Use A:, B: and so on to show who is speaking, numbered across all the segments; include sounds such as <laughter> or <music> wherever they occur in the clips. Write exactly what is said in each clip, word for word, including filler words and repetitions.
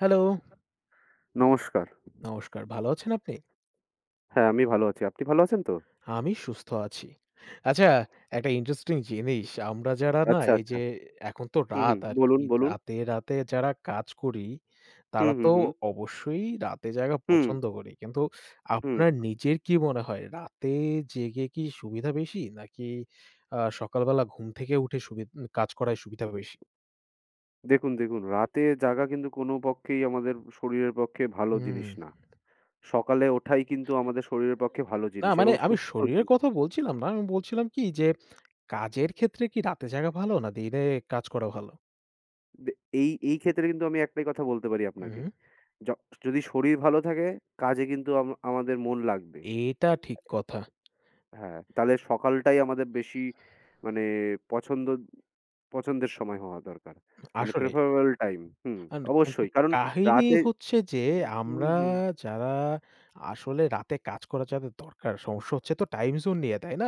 A: Hello,
B: নমস্কার।
A: নমস্কার। ভালো আছেন আপনি?
B: হ্যাঁ, আমি ভালো আছি। আপনি ভালো আছেন তো?
A: আমি সুস্থ আছি। আচ্ছা, একটা ইন্টারেস্টিং জিনিস। আমরা যারা না
B: আচ্ছা,
A: এই
B: আচ্ছা।
A: যে এখন তো
B: হুম,
A: রাত
B: হুম। বলুন,
A: আরকি।
B: বলুন।
A: রাতে, রাতে যারা কাজ করি,
B: হুম,
A: তারা
B: হুম,
A: তো
B: হুম।
A: অবশ্যই রাতে জাগা
B: হুম,
A: পছন্দ করি। কিন্তু
B: হুম।
A: আপনার নিজের কি মনে হয় রাতে জেগে কি সুবিধা বেশি? নাকি আ সকালবেলা ঘুম থেকে উঠে সুবি কাজ করায় সুবিধা বেশি?
B: দেখুন, দেখুন রাতে জাগা কিন্তু কোনো পক্ষেই আমাদের শরীরের পক্ষে ভালো
A: হুম।
B: জিনিস না। সকালে ওঠাই কিন্তু আমাদের শরীরের পক্ষে ভালো
A: না
B: জিনিস
A: মানে
B: এবং
A: আমি
B: সুস্থ
A: শরীরের
B: জিনিস।
A: কথা বলছিলাম না। আমি বলছিলাম কি যে কাজের ক্ষেত্রে কি রাতে জাগা ভালো না দিনে কাজ করা ভালো?
B: দে এই, এই ক্ষেত্রে কিন্তু আমি একটাই কথা বলতে পারি আপনাকে।
A: হুম।
B: য যদি শরীর ভালো থাকে কাজে কিন্তু আম আমাদের মন লাগবে।
A: এটা ঠিক কথা।
B: হ্যাঁ, তাহলে সকালটাই আমাদের বেশি মানে পছন্দ পছন্দের সময় হওয়া দরকার। মানে
A: আসলেই।
B: preferable time। হুম,
A: আন কিন্তু
B: অবশ্যই। কারণ
A: কাহিনী
B: রাতে।
A: হচ্ছে যে
B: হুম,
A: আমরা
B: হুম।
A: যারা আসলে রাতে কাজ করা যাদের দরকার সমস্যা হচ্ছে তো টাইম জোন নিয়ে, তাই না?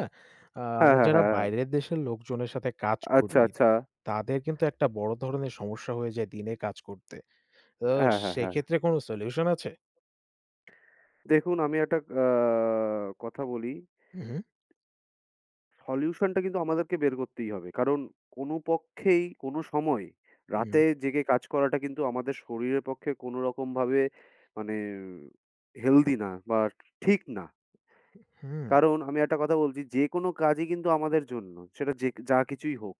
A: আ
B: হ্যাঁ,
A: আমরা
B: হ্যাঁ,
A: যারা
B: হ্যাঁ, হ্যাঁ।
A: বাইরের দেশের লোকজনের সাথে কাজ
B: আচ্ছা,
A: করি,
B: আচ্ছা।
A: তাদের কিন্তু একটা বড় ধরনের সমস্যা হয়ে যায় দিনে কাজ করতে। তো
B: হ্যাঁ, হ্যাঁ, হ্যাঁ।
A: সেক্ষেত্রে কোনো সলিউশন আছে?
B: দেখুন, আমি একটা আ কথা বলি।
A: উহু।
B: Solution টা কিন্তু আমাদেরকে বের করতেই হবে। কারণ কোনো পক্ষেই কোনো সময়
A: হুম,
B: রাতে জেগে কাজ করাটা কিন্তু আমাদের শরীরের পক্ষে কোনো রকমভাবে মানে healthy না বা ঠিক না।
A: হুম।
B: কারণ আমি একটা কথা বলছি, যেকোনো কাজই কিন্তু আমাদের জন্য। সেটা যে যা কিছুই হোক।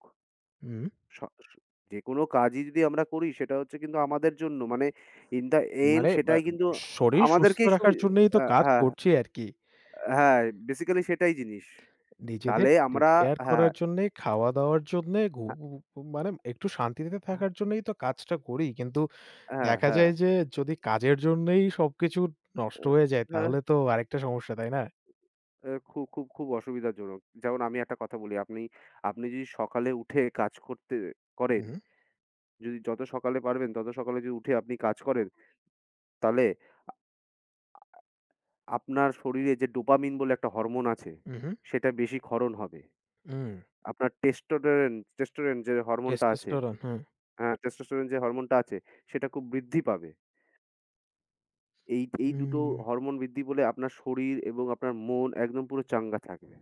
A: হুম।
B: স স যেকোনো কাজই যদি আমরা করি সেটা হচ্ছে কিন্তু আমাদের জন্য মানে in the end
A: মানে বা
B: সেটাই কিন্তু
A: শরীর সুস্থ
B: আমাদেরকেই
A: রাখার
B: সুবি
A: জন্যই তো
B: আ
A: কাজ
B: হ্যাঁ,
A: করছি আরকি।
B: হ্যাঁ বেসিক্যালি সেটাই জিনিস।
A: নিজেদের
B: তাহলে
A: টেক
B: আমরা
A: কেয়ার
B: হ্যাঁ,
A: করার জন্যে, খাওয়া-দাওয়ার জন্যে, ঘু
B: হ্যাঁ,
A: উ মানে একটু শান্তিতে
B: হ্যাঁ, হ্যাঁ,
A: থাকার জন্যই তো কাজটা করি। কিন্তু
B: অ্যা
A: দেখা
B: হ্যাঁ,
A: যায় যে যদি কাজের জন্যই সবকিছু নষ্ট হয়ে যায়
B: অ্যা
A: তাহলে তো আরেকটা সমস্যা, তাই না?
B: খুব, খুব, খুব অসুবিধাজনক। যেমন আমি একটা কথা বলি, আপনি আপনি যদি সকালে উঠে কাজ করতে করেন,
A: উহু,
B: যদি যত সকালে পারবেন তত সকালে যদি উঠে আপনি কাজ করেন, তাহলে আপনার শরীরে যে ডোপামিন বলে একটা হরমোন আছে,
A: উহু,
B: সেটা বেশি ক্ষরণ হবে।
A: উম।
B: আপনার টেস্টোডেরেন টেস্টোরেন যে হরমোনটা আছে,
A: টেস্টোস্টেরন, হ্যাঁ।
B: হ্যাঁ, টেস্টোস্টেরন যে হরমোনটা আছে, সেটা খুব বৃদ্ধি পাবে। এই, এই দুটো
A: হুম,
B: হরমোন বৃদ্ধি পেলে আপনার শরীর এবং আপনার মন একদম পুরো চাঙ্গা থাকবে।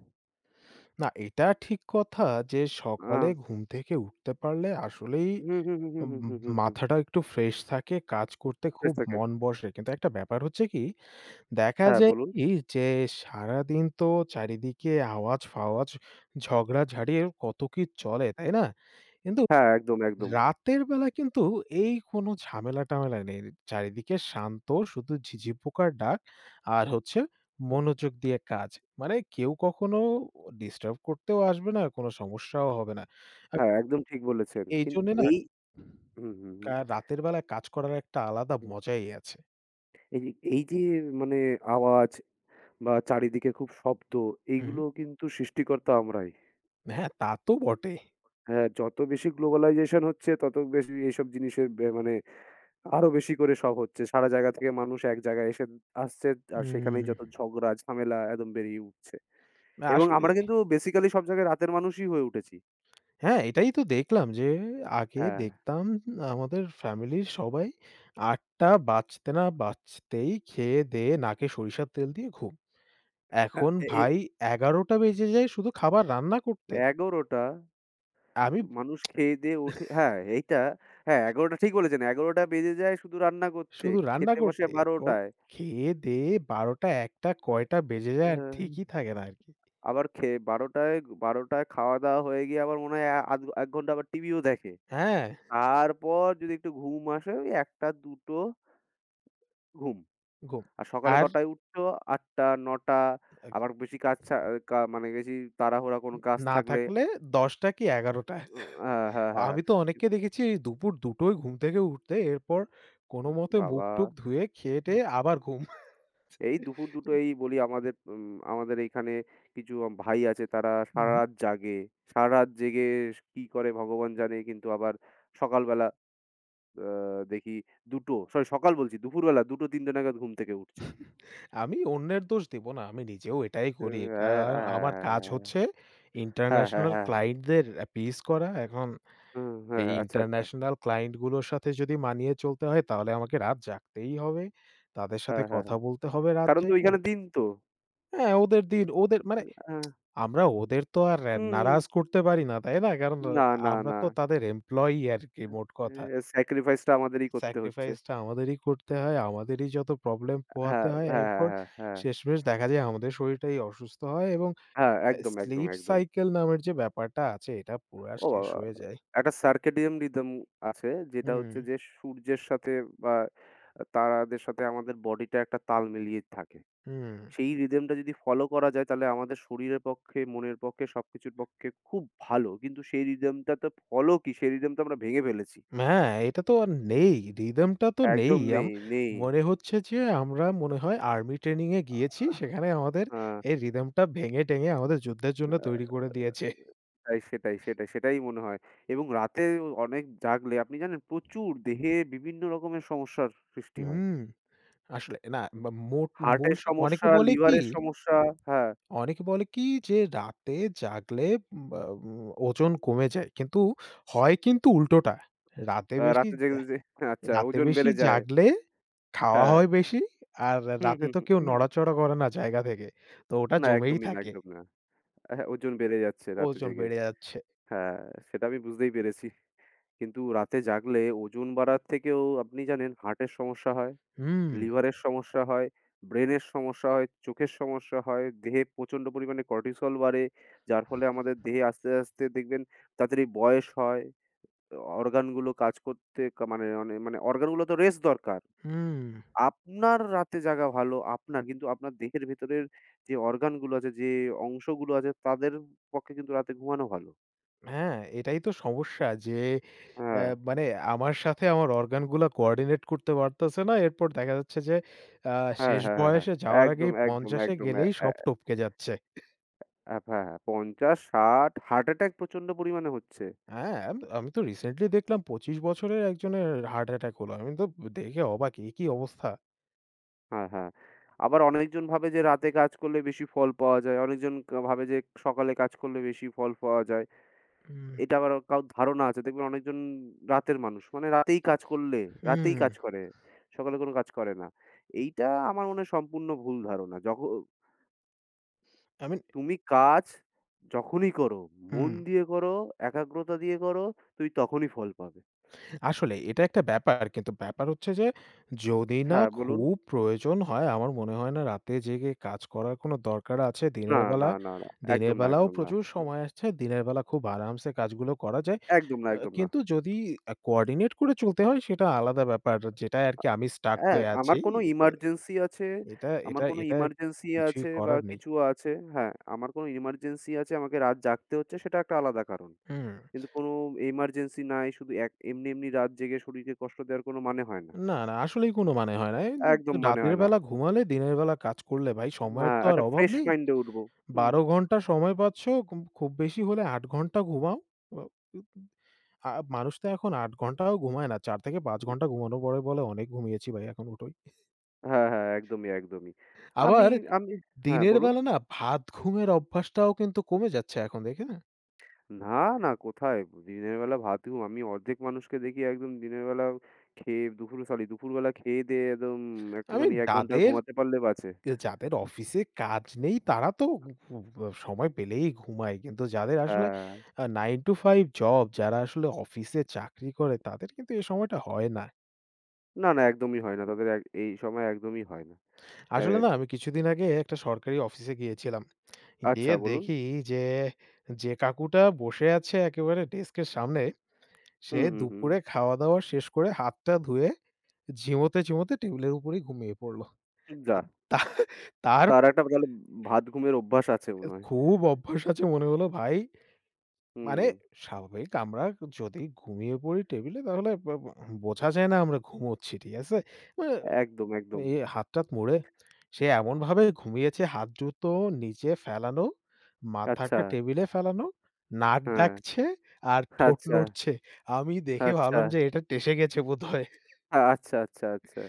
A: না এটা ঠিক কথা যে
B: আ
A: সকালে ঘুম থেকে উঠতে পারলে আসলেই
B: হুম, হুম, হুম, হুম,
A: উম
B: হুম, হুম, হুম, হুম।
A: মাথাটা একটু ফ্রেশ থাকে, কাজ করতে
B: স্ট্রেস
A: খুব
B: থাকে।
A: মন বসে। কিন্তু একটা ব্যাপার হচ্ছে কি দেখা
B: হ্যাঁ,
A: যায়
B: বলুন।
A: কি যে সারাদিন তো চারিদিকে আওয়াজ-ফাওয়াজ, ঝগড়াঝাটি এর কত কি চলে, তাই না? কিন্তু
B: হ্যাঁ, একদম, একদম।
A: রাতের বেলা কিন্তু এই কোনো ঝামেলা-টামেলা নেই। চারিদিকে শান্ত শুধু ঝিঁঝি পোকার ডাক আর হচ্ছে মনোযোগ দিয়ে কাজ। মানে কেউ কখনো ডিস্টার্ব করতেও আসবে না, কোনো সমস্যাও হবে না। আর
B: হ্যাঁ, একদম ঠিক বলেছেন। কিন
A: এইজন্যে না
B: এই হুম, হুম, হুম,
A: কা রাতের বেলায় কাজ করার একটা আলাদা
B: হুম।
A: মজাই আছে।
B: এই যে, এই যে মানে আওয়াজ বা চারিদিকে খুব শব্দ,
A: হুম।
B: এইগুলো কিন্তু সৃষ্টিকর্তা আমরাই।
A: হ্যাঁ, তা তো বটেই।
B: হ্যাঁ, যত বেশি গ্লোবালাইজেশন হচ্ছে, তত বেশি এইসব জিনিসের বে মানে আরো বেশি করে সব হচ্ছে। সারা জায়গা থেকে মানুষ এক জায়গায় এসে আসছে। আর
A: হুম।
B: সেখানেই যত ঝগড়া, ঝামেলা একদম বেরিয়ে উঠছে।
A: না
B: এবং
A: আসলে
B: আমরা কিন্তু বেসিক্যালি সব জায়গায় রাতের মানুষই হয়ে উঠেছি।
A: হ্যাঁ, এটাই তো দেখলাম যে আগে
B: হ্যাঁ,
A: দেখতাম আমাদের ফ্যামিলির সবাই আট টা বাজতে না বাজতেই খেয়ে-দেয়ে নাকে সরিষার তেল দিয়ে ঘুম।
B: হ্যাঁ,
A: এখন
B: এ
A: ভাই এগারো টা বেজে যায় শুধু খাবার রান্না করতে।
B: এ এগারোটা
A: আমি
B: মানুষ খেয়ে দেয়ে উঠে, হ্যাঁ, এইটা, হ্যাঁ, এগারোটা ঠিক বলেছেন। এগারোটা বেজে যায় শুধু রান্না করতে।
A: শুধু রান্না
B: খেতে বসে
A: করতে। এরপর
B: বারোটা।
A: খেয়ে-দেয়ে বারো টা এক টা কয়টা বেজে যায় আর
B: হ্যাঁ,
A: ঠিকই থাকে না আরকি।
B: আবার খেয়ে বারোটা বারোটা খাওয়া-দাওয়া হয়ে গিয়ে আবার মনে হয় আ আধ এক ঘন্টা আবার টিভিও দেখে।
A: হ্যাঁ,
B: তারপর যদি একটু ঘুম আসে ওই একটা দুটো ঘুম।
A: ঘুম।
B: আর সকালে
A: আর
B: কটায় উঠছো? আটটা, নটা। আবার বেশি কাজ ছা কা মানে বেশি তাড়াহুড়া কোনো কাজ
A: না
B: থাকলে।
A: থাকলে দশ টা কি এগারো টা।
B: উ হ্যাঁ, হ্যাঁ, হ্যাঁ। হ্যাঁ।
A: আমি তো অনেককে দেখেছি এই দুপুর ২ঃ০০ য় ঘুম থেকে উঠতে, এরপর কোনমতে
B: বাবা!
A: মুখ-টুখ ধুয়ে খেয়ে-টেয়ে আবার ঘুম।
B: এই দুপুর ২টো, এই বলি আমাদের, উম আমাদের এইখানে কিছু ভাই আছে, তারা
A: হুম।
B: সারারাত জাগে। সারারাত জেগে কি করে ভগবান জানে, কিন্তু আবার সকালবেলা আ দেখি ২টো সরি সকাল বলছি দুপুরবেলা ২টো-৩টো নাগাদ ঘুম থেকে উঠছে।
A: আমি অন্যের দোষ দিব না। আমি নিজেও এটাই করি।
B: অ্যা
A: কারণ আমার কাজ হচ্ছে
B: হ্যাঁ, হ্যাঁ, হ্যাঁ, হ্যাঁ,
A: ইন্টারন্যাশনাল
B: হ্যাঁ, হ্যাঁ,
A: ক্লায়েন্টদের অ্যাপিস করা। এখন
B: হ্যাঁ, হ্যাঁ,
A: এই
B: আচ্ছা, আচ্ছা।
A: ইন্টারন্যাশনাল ক্লায়েন্ট গুলোর সাথে যদি মানিয়ে চলতে হয় তাহলে আমাকে রাত জাগতেই হবে। তাদের সাথে
B: হ্যাঁ, হ্যাঁ,
A: কথা
B: হ্যাঁ।
A: বলতে হবে রাত
B: কারণ তো
A: জেগে।
B: ওইখানে দিন তো।
A: হ্যাঁ, ওদের দিন ওদের মানে
B: আ
A: আমরা ওদের তো আর অ্যা
B: হুম, হুম।
A: নারাজ করতে পারি না, তাই না? কারণ আ
B: না, না,
A: আমরা
B: না।
A: তো তাদের এমপ্লয়ি আরকি মোট কথা।
B: এ স্যাক্রিফাইস টা আমাদেরই করতে হচ্ছে।
A: স্যাক্রিফাইস টা আমাদেরই করতে হয়, আমাদেরই যত প্রবলেম পোহাতে
B: হ্যাঁ,
A: হয়।
B: হ্যাঁ, হ্যাঁ,
A: এরপর
B: হ্যাঁ, হ্যাঁ,
A: শেষমেশ দেখা যায় আমাদের শরীরটাই অসুস্থ হয় এবং
B: হ্যাঁ,
A: অ্যা
B: একদম, একদম,
A: স্লিপ
B: একদম।
A: সাইকেল নামের যে ব্যাপারটা আছে এটা পুরা
B: ও
A: শেষ
B: বাবা!
A: হয়ে যায়।
B: একটা সার্কেডিয়ান রিদম আছে, যেটা
A: হুম,
B: হচ্ছে যে সূর্যের সাথে বা তারাদের সাথে আমাদের বডিটা একটা তাল মিলিয়ে থাকে।
A: হুম।
B: সেই রিদমটা যদি ফলো করা যায় তাহলে আমাদের শরীরের পক্ষে, মনের পক্ষে সবকিছুর পক্ষে খুব ভালো। কিন্তু সেই রিদমটা তো ফলো, কি সেই রিদম তো আমরা ভেঙে ফেলেছি।
A: হ্যাঁ, এটা তো আর
B: হুম,
A: নেই। রিদম টা তো নেই।
B: একদম
A: আম
B: নেই, নেই।
A: মনে হচ্ছে যে আমরা মনে হয় আর্মি ট্রেনিং এ গিয়েছি। সেখানে আমাদের
B: আ
A: এই রিদম টা ভেঙে-টেঙে আমাদের যুদ্ধের জন্য তৈরি
B: আ
A: করে দিয়েছে।
B: তাই সেটাই, সেটাই, সেটাই মনে হয়। এবং রাতে অনেক জাগলে আপনি জানেন প্রচুর দেহে বিভিন্ন রকমের সমস্যার সৃষ্টি হয়।
A: হুম, আসলে না বা মোট মূল
B: হার্টের
A: স অনেকে
B: সমস্যা,
A: বলে কি
B: লিভারের সমস্যা। হ্যাঁ,
A: অনেকে বলে কি যে রাতে জাগলে উম, বা উম ওজন কমে যায়। কিন্তু হয় কিন্তু উল্টোটা। রাতে
B: আ
A: বেশি
B: রাতে জেগে
A: জা
B: যে, আচ্ছা
A: রাতে
B: ওজন
A: বেশি
B: বেড়ে যায়।
A: জাগলে খাওয়া
B: হ্যাঁ।
A: হয় বেশি। আর
B: হুম,
A: রাতে
B: হুম,
A: তো
B: হুম।
A: কেউ
B: হুম।
A: নড়াচড়া করে না জায়গা থেকে। তো ওটা
B: না
A: জমেই
B: একদমই না,
A: থাকে।
B: একদম না। হ্যাঁ, ওজন বেড়ে যাচ্ছে রাতে
A: ওজন
B: জেগে।
A: বেড়ে যাচ্ছে।
B: হ্যাঁ, সেটা আমি বুঝতেই পেরেছি। কিন্তু রাতে জাগলে ওজন বাড়ার থেকেও আপনি জানেন হার্টের সমস্যা হয়।
A: হুম,
B: লিভারের সমস্যা হয়, ব্রেনের সমস্যা হয়, চোখের সমস্যা হয়, দেহে প্রচণ্ড পরিমাণে কর্টিসল বাড়ে, যার ফলে আমাদের দেহে আস্তে, আস্তে দেখবেন তাড়াতাড়ি বয়স হয়। অর্গানগুলো কাজ করতে কা মানে অনে মানে অর্গানগুলো তো রেস্ট দরকার।
A: হুম।
B: আপনার রাতে জাগা ভালো আপনার, কিন্তু আপনার দেহের ভেতরের যে অর্গানগুলো আছে, যে অংশগুলো আছে তাদের পক্ষে কিন্তু রাতে ঘুমানো ভালো।
A: হ্যাঁ, এটাই তো সমস্যা যে অ্যা
B: হ্যাঁ,
A: মানে আমার সাথে আমার অর্গান গুলা কোঅর্ডিনেট করতে পারতেছে না। এরপর দেখা যাচ্ছে যে আ
B: হ্যাঁ,
A: শেষ
B: হ্যাঁ, হ্যাঁ, হ্যাঁ।
A: বয়সে যাওয়ার
B: একদম,
A: আগেই
B: একদম,
A: পঞ্চাশ এ
B: একদম।
A: গেলেই
B: অ্যা
A: সব টপকে যাচ্ছে।
B: অ্যা হ্যাঁ, পঞ্চাশ, ষাট হার্ট অ্যাটাক প্রচণ্ড পরিমাণে হচ্ছে।
A: হ্যাঁ, আম আমি তো রিসেন্টলি দেখলাম পঁচিশ বছরের একজনের হার্ট অ্যাটাক হলো। আমি তো দেখে অবাক। এ কি অবস্থা!
B: হ্যাঁ, হ্যাঁ। আবার অনেকজন ভাবে যে রাতে কাজ করলে বেশি ফল পাওয়া যায়। অনেকজন কা ভাবে যে সকালে কাজ করলে বেশি ফল পাওয়া যায়।
A: হুম,
B: এটা আবার কারো ধারণা আছে। দেখবেন অনেকজন রাতের মানুষ। মানে রাতেই কাজ করলে রাতেই
A: হুম।
B: কাজ করে। সকালে কোনো কাজ করে না। এইটা আমার মনে হয় সম্পূর্ণ ভুল ধারণা। যখ
A: আমি
B: তুমি কাজ যখনই করো, মন
A: হুম।
B: দিয়ে করো, একাগ্রতা দিয়ে করো, তুমি তখনই ফল পাবে।
A: আসলে এটা একটা ব্যাপার। কিন্তু ব্যাপার হচ্ছে যে যদি না
B: হ্যাঁ, বলুন।
A: খুব প্রয়োজন হয়, আমার মনে হয় না রাতে জেগে কাজ করার কোনো দরকার আছে।
B: না,
A: দিনের
B: না,
A: বেলা
B: না, না।
A: দিনের
B: একদম না,
A: বেলাও
B: একদম না।
A: প্রচুর সময় আছে। দিনের বেলা খুব আরামসে কাজগুলো করা যায়।
B: একদম না,
A: আ
B: একদম না।
A: কিন্তু যদি আ কোঅর্ডিনেট করে চলতে হয় সেটা আলাদা ব্যাপার। যেটায় আরকি আমি স্টাক
B: হ্যাঁ,
A: হয়ে আছি।
B: আমার কোনো
A: এতে
B: ইমার্জেন্সি আছে,
A: এটা
B: আমার
A: এটা
B: কোনো
A: এটা
B: ইমার্জেন্সি
A: কিছুই
B: আছে বা
A: করার নেই।
B: কিছু আছে, হ্যাঁ, আমার কোনো ইমার্জেন্সি আছে আমাকে রাত জাগতে হচ্ছে সেটা একটা আলাদা কারণ।
A: হুম।
B: কিন্তু কোনো ইমার্জেন্সি নাই, শুধু এক এমনি, এমনি রাত জেগে শরীরকে কষ্ট দেওয়ার কোনো মানে হয় না।
A: না, না আসলেই কোনো মানে হয় না। এই
B: একদম মানে
A: রাতের
B: হয় না।
A: বেলা ঘুমালে দিনের বেলা কাজ করলে ভাই সময়ের
B: হ্যাঁ,
A: তো আর
B: একটা
A: অভাব
B: ফ্রেশ
A: নেই।
B: মাইন্ড এ উঠবো। হুম।
A: বারো ঘন্টা সময় পাচ্ছ, খুব খুব বেশি হলে আট ঘন্টা ঘুমাও। অ আ মানুষ তো এখন আট ঘন্টাও ঘুমায় না। চার থেকে পাঁচ ঘন্টা ঘুমানো পড়ে বলে অনেক ঘুমিয়েছি ভাই এখন উঠোই।
B: হ্যাঁ, হ্যাঁ, একদমই, একদমই। আমি
A: আবার
B: আমি হ্যাঁ,
A: দিনের
B: বলুন।
A: বেলা না ভাত ঘুমের অভ্যাসটাও কিন্তু কমে যাচ্ছে এখন দেখে না?
B: না, না কোথায়? দিনের বেলা ভাতেও আমি অর্ধেক মানুষকে দেখি একদম দিনের বেলা খেয়ে দুপুর সরি দুপুরবেলা খেয়ে দেয়ে একদম
A: আমি
B: একটুখানি এক ঘন্টা
A: যাদের
B: ঘুমাতে পারলে বাঁচে।
A: যাদের অফিসে কাজ নেই তারা তো উ উ সময় পেলেই ঘুমায়। কিন্তু যাদের আসলে
B: হ্যাঁ।
A: আ নাইন to ফাইভ জব যারা আসলে অফিসে চাকরি করে তাদের কিন্তু এই সময়টা হয় না।
B: না, না একদমই হয় না। তাদের এক এই সময় একদমই হয় না। অ্যা
A: আসলে না আমি কিছুদিন আগে একটা সরকারি অফিসে গিয়েছিলাম। গিয়ে
B: আচ্ছা বলুন।
A: দেখি যে, যে কাকুটা বসে আছে একেবারে ডেস্কের সামনে, সে
B: হুম, হুম, হুম।
A: দুপুরে খাওয়া-দাওয়া শেষ করে হাতটা ধুয়ে ঝিমোতে, ঝিমোতে টেবিলের উপরেই ঘুমিয়ে পড়ল।
B: যাহ!
A: তা তা তার
B: তার একটা তাহলে ভাত ঘুমের অভ্যাস আছে মনে হয়।
A: খুব অভ্যাস আছে মনে হলো ভাই,
B: হুম।
A: মানে স্বাভাবিক আমরা যদি ঘুমিয়ে পড়ি টেবিলে তাহলে ব ব বোঝা যায় না আমরা ঘুমোচ্ছি, ঠিক আছে? মানে
B: একদম, একদম।
A: এই হাত-টাত মুড়ে সে এমনভাবে ঘুমিয়েছে হাত দুটো নিচে ফেলানো,
B: আচ্ছা।
A: মাথাটা টেবিলে ফেলানো, নাক
B: হ্যাঁ।
A: ডাকছে আর ঠোঁট
B: আচ্ছা,
A: নড়ছে। আমি দেখে
B: আচ্ছা।
A: ভাবলাম যে এটা টেসে গেছে বোধহয়।
B: আ আচ্ছা, আচ্ছা, আচ্ছা।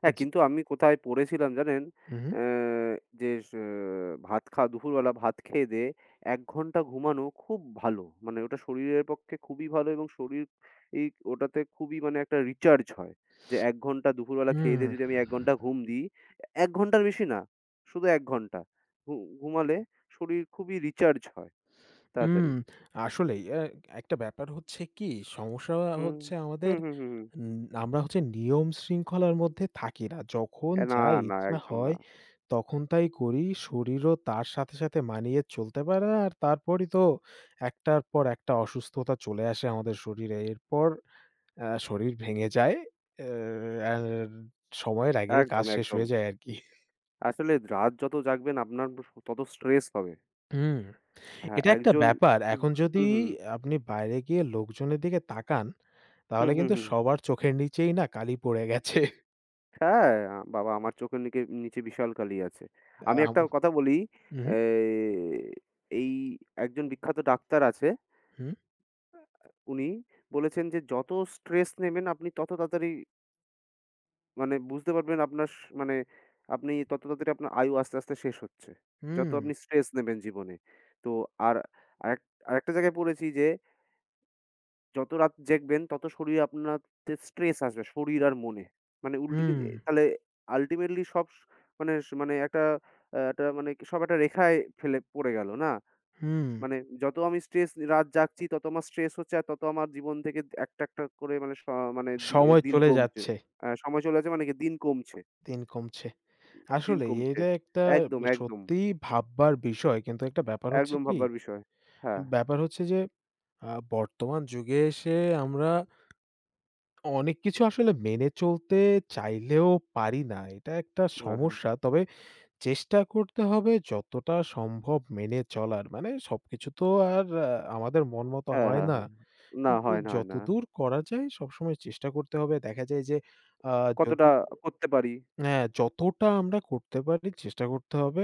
B: হ্যাঁ,
A: জি
B: কিন্তু আমি কোথায় পড়েছিলাম জানেন?
A: হুম,
B: অ্যা যে স ভাত খাওয়া দুপুরবেলা ভাত খেয়ে দেয়ে এক ঘন্টা ঘুমানো খুব ভালো। মানে ওটা শরীরের পক্ষে খুবই ভালো এবং শরীর এই ওটাতে খুবই মানে একটা রিচার্জ হয়। যে এক ঘন্টা দুপুরবেলা খেয়ে
A: হুম,
B: দেয়ে যদি আমি এক ঘন্টা ঘুম দিই, এক ঘন্টার বেশি না, শুধু এক ঘন্টা। ঘু ঘুমালে শরীর খুবই রিচার্জ হয়
A: হুম।
B: তাড়াতাড়ি।
A: আসলেই অ্যা একটা ব্যাপার হচ্ছে কি সমস্যা
B: হুম,
A: হচ্ছে আমাদের
B: হুম, হুম, হুম, হুম।
A: উম আমরা হচ্ছে নিয়ম শৃঙ্খলার মধ্যে থাকি না। যখন
B: অ্যা না,
A: যা
B: না
A: ইচ্ছা
B: একদম না।
A: হয় তখন তাই করি। শরীরও তার সাথে, সাথে মানিয়ে চলতে পারে না। আর তারপরই তো একটার পর একটা অসুস্থতা চলে আসে আমাদের শরীরে। এরপর আ শরীর ভেঙে যায়। আ আর সময়ের আগেই
B: একদম,
A: কাজ শেষ
B: একদম।
A: হয়ে যায় আরকি।
B: আসলে রাত যত জাগবেন আপনার তত স্ট্রেস হবে।
A: হুম,
B: হ্যাঁ,
A: এটা একটা
B: একজন।
A: ব্যাপার।
B: হুম,
A: এখন যদি
B: হুম, হুম,
A: আপনি বাইরে গিয়ে লোকজনের দিকে তাকান,
B: হুম,
A: তাহলে
B: হুম,
A: কিন্তু
B: হুম।
A: সবার চোখের নিচেই না কালি পড়ে গেছে।
B: হ্যাঁ, আ, বাবা আমার চোখের নিকে নিচে বিশাল কালি আছে। আমি
A: আম
B: একটা কথা বলি,
A: হুম,
B: এ এই একজন বিখ্যাত ডাক্তার আছে,
A: হুম,
B: উনি বলেছেন যে যত স্ট্রেস নেবেন আপনি তত তাড়াতাড়ি মানে বুঝতে পারবেন আপনার স মানে আপনি তত তাড়াতাড়ি আপনার আয়ু আস্তে, আস্তে শেষ হচ্ছে। যত
A: হুম।
B: আপনি স্ট্রেস নেবেন জীবনে। তো আর আরেক আরেকটা জায়গায় পড়েছি যে যত রাত জেগবেন তত শরীরে আপনাতে স্ট্রেস আসবে শরীর আর মনে। মানে উল্টে
A: হুম,
B: কিন্তু এ তাহলে আল্টিমেটলি সব স মানে স মানে একটা আ একটা মানে সব একটা রেখায় ফেলে পড়ে গেল না?
A: হুম।
B: মানে যত আমি স্ট্রেস রাত জাগছি তত আমার স্ট্রেস হচ্ছে আর তত আমার জীবন থেকে একটা, একটা করে মানে স মানে দি
A: সময়
B: দিন
A: চলে
B: কমছে।
A: যাচ্ছে,
B: আ সময় চলে যাচ্ছে মানে কি দিন কমছে,
A: দিন কমছে।
B: দিন
A: আসলেই
B: কমছে।
A: এটা একটা
B: একদম, একদম,
A: সত্যিই ভাববার বিষয়। কিন্তু একটা ব্যাপার হচ্ছে
B: একদম
A: কি?
B: ভাববার বিষয়। হ্যাঁ,
A: ব্যাপার হচ্ছে যে আ বর্তমান যুগে এসে আমরা অনেক কিছু আসলে মেনে চলতে চাইলেও পারি না। এটা একটা
B: হ্যাঁ, হ্যাঁ।
A: সমস্যা। তবে চেষ্টা করতে হবে যতটা সম্ভব মেনে চলার। মানে সবকিছু তো আর আ আমাদের মন মতো
B: হ্যাঁ,
A: হয়
B: হ্যাঁ,
A: না।
B: হ্যাঁ। না
A: কিন্তু
B: হয় না, হয় না।
A: যতদূর করা যায় সবসময় চেষ্টা করতে হবে। দেখা যায় যে আ যদি
B: কতটা করতে পারি।
A: হ্যাঁ, যতটা আমরা করতে পারি চেষ্টা করতে হবে।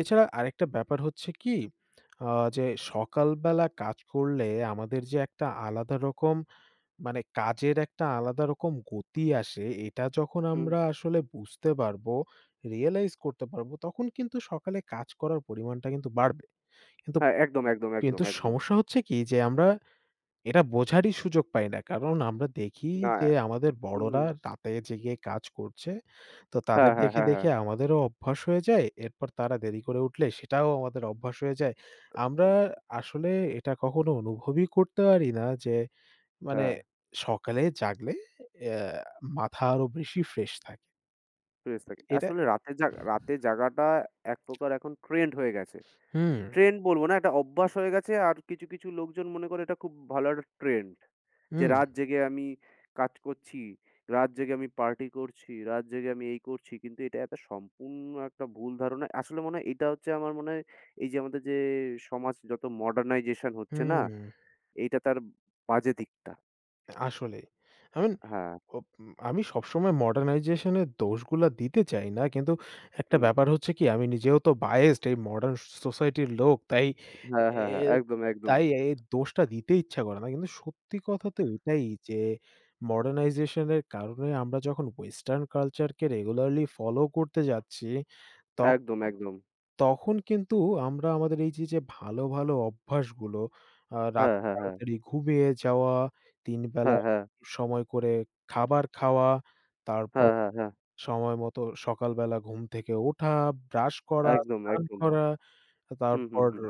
A: এছাড়া আরেকটা ব্যাপার হচ্ছে কি, আ যে সকালবেলা কাজ করলে আমাদের যে একটা আলাদা রকম মানে কাজের একটা আলাদা রকম গতি আসে, এটা যখন
B: হুম।
A: আমরা আসলে বুঝতে পারবো, রিয়ালাইজ করতে পারবো, তখন কিন্তু সকালে কাজ করার পরিমাণটা কিন্তু বাড়বে। কিন্তু
B: হ্যাঁ, একদম, একদম, একদম,
A: কিন্তু
B: একদম।
A: সমস্যা হচ্ছে কি যে আমরা এটা বোঝারই সুযোগ পাই না। কারণ আমরা দেখি
B: না
A: যে আমাদের
B: হুম, হুম।
A: বড়রা রাতে জেগে কাজ করছে। তো
B: হ্যাঁ,
A: তাদের
B: হ্যাঁ,
A: দেখে,
B: হ্যাঁ, হ্যাঁ,
A: দেখে আমাদেরও অভ্যাস হয়ে যায়। এরপর তারা দেরি করে উঠলে সেটাও আমাদের অভ্যাস হয়ে যায়। আমরা আসলে এটা কখনো অনুভবই করতে পারি না যে মানে
B: হ্যাঁ,
A: সকালে জাগলে অ্যা মাথা আরো বেশি ফ্রেশ থাকে।
B: ফ্রেশ থাকি।
A: এটা
B: আসলে রাতে জাগ রাতে জাগাটা এক প্রকার এখন ট্রেন্ড হয়ে গেছে।
A: হুম,
B: ট্রেন্ড বলব না, একটা অভ্যাস হয়ে গেছে। আর কিছু, কিছু লোকজন মনে করে এটা খুব ভালো একটা ট্রেন্ড। যে
A: হুম,
B: রাত জেগে আমি কাজ করছি, রাত জেগে আমি পার্টি করছি, রাত জেগে আমি এই করছি। কিন্তু এটা একটা সম্পূর্ণ একটা ভুল ধারণা। আসলে মনে হয় এটা হচ্ছে আমার মনে হয় এই যে আমাদের যে সমাজ যত মডার্নাইজেশন হচ্ছে না,
A: হুম
B: এইটা তার বাজে দিকটা।
A: আসলেই। আমি
B: হ্যাঁ,
A: ওপ উম আমি সবসময় মডার্নাইজেশন এর দোষগুলা দিতে চাই না। কিন্তু একটা
B: হুম।
A: ব্যাপার হচ্ছে কি আমি নিজেও তো biased এই মডার্ন সোসাইটির লোক। তাই
B: হ্যাঁ,
A: এ
B: হ্যাঁ, হ্যাঁ।
A: এ
B: একদম, একদম।
A: তাই এই দোষটা দিতে ইচ্ছা করে না। কিন্তু সত্যি কথা তো এটাই যে মডার্নাইজেশন এর কারণে আমরা যখন ওয়েস্টার্ন কালচারকে রেগুলারলি ফলো করতে যাচ্ছি
B: একদম,
A: তখন
B: একদম।
A: তখন কিন্তু আমরা আমাদের এই যে, যে ভালো, ভালো অভ্যাসগুলো আ
B: হ্যাঁ,
A: রাতে
B: হ্যাঁ, হ্যাঁ।
A: তাড়াতাড়ি ঘুমিয়ে যাওয়া, তিন বেলা
B: হ্যাঁ, হ্যাঁ।
A: সময় করে খাবার খাওয়া,
B: হ্যাঁ,
A: তারপর
B: হ্যাঁ, হ্যাঁ।
A: সময় মতো সকালবেলা ঘুম থেকে ওঠা, ব্রাশ করা,
B: একদম,
A: স্নান
B: একদম।
A: করা,
B: হুম, হুম,
A: তারপর
B: হুম।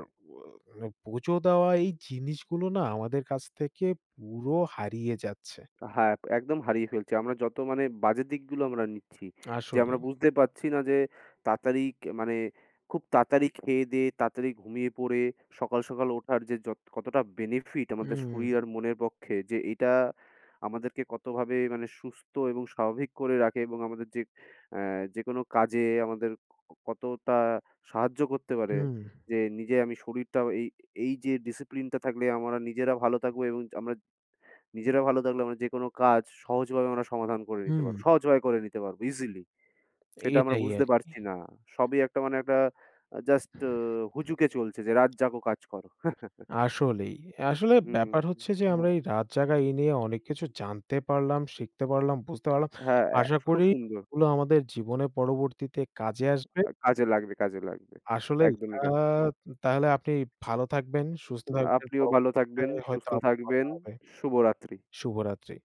A: মানে পুজো দেওয়া এই জিনিসগুলো না আমাদের কাছ থেকে পুরো হারিয়ে যাচ্ছে।
B: হ্যাঁ, একদম হারিয়ে ফেলছি। আমরা যত মানে বাজে দিকগুলো আমরা নিচ্ছি। যে আমরা
A: আসলেই।
B: বুঝতে পারছি না যে তাড়াতাড়ি কে মানে খুব তাড়াতাড়ি খেয়ে-দেয়ে, তাড়াতাড়ি ঘুমিয়ে পড়ে, সকাল, সকাল ওঠার যে যত কতটা বেনিফিট আমাদের
A: হুম,
B: শরীর আর মনের পক্ষে যে এটা আমাদেরকে কতভাবে মানে সুস্থ এবং স্বাভাবিক করে রাখে এবং আমাদের যে অ্যা যেকোনো কাজে আমাদের ক- কতটা সাহায্য করতে পারে।
A: হুম,
B: যে নিজে আমি শরীরটাও এই এই যে ডিসিপ্লিনটা থাকলে আমরা নিজেরা ভালো থাকবো এবং আমরা নিজেরা ভালো থাকলে আমরা যেকোনো কাজ সহজভাবে আমরা সমাধান করে নিতে
A: হুম।
B: পারব। সহজভাবে করে নিতে পারব ইজিলি। সেটা আমরা
A: এটাই
B: বুঝতে
A: আরকি।
B: পারছি না। সবই একটা মানে একটা আ জাস্ট আ হুজুকে চলছে যে, "রাত জাগো কাজ করো।" <laughs>
A: আসলেই। আসলে
B: হুম,
A: ব্যাপার হচ্ছে যে
B: হুম,
A: আমরা এই রাত জাগা এই নিয়ে অনেক কিছু জানতে পারলাম, শিখতে পারলাম, বুঝতে পারলাম।
B: হ্যাঁ, হ্যাঁ,
A: আশা
B: খুব
A: করি
B: সুন্দর।
A: এগুলো আমাদের জীবনে পরবর্তীতে কাজে আসবে।
B: আ কাজে লাগবে, কাজে লাগবে।
A: আসলেই আ
B: একদমই কাজ। হুম,
A: তাহলে আপনি ভালো থাকবেন, সুস্থ থাকবেন।
B: আপনিও ভালো
A: পরবর্তীতে
B: থাকবেন,
A: হয়তো
B: সুস্থ
A: আবার কথা
B: থাকবেন।
A: হবে।
B: শুভরাত্রি।
A: শুভরাত্রি।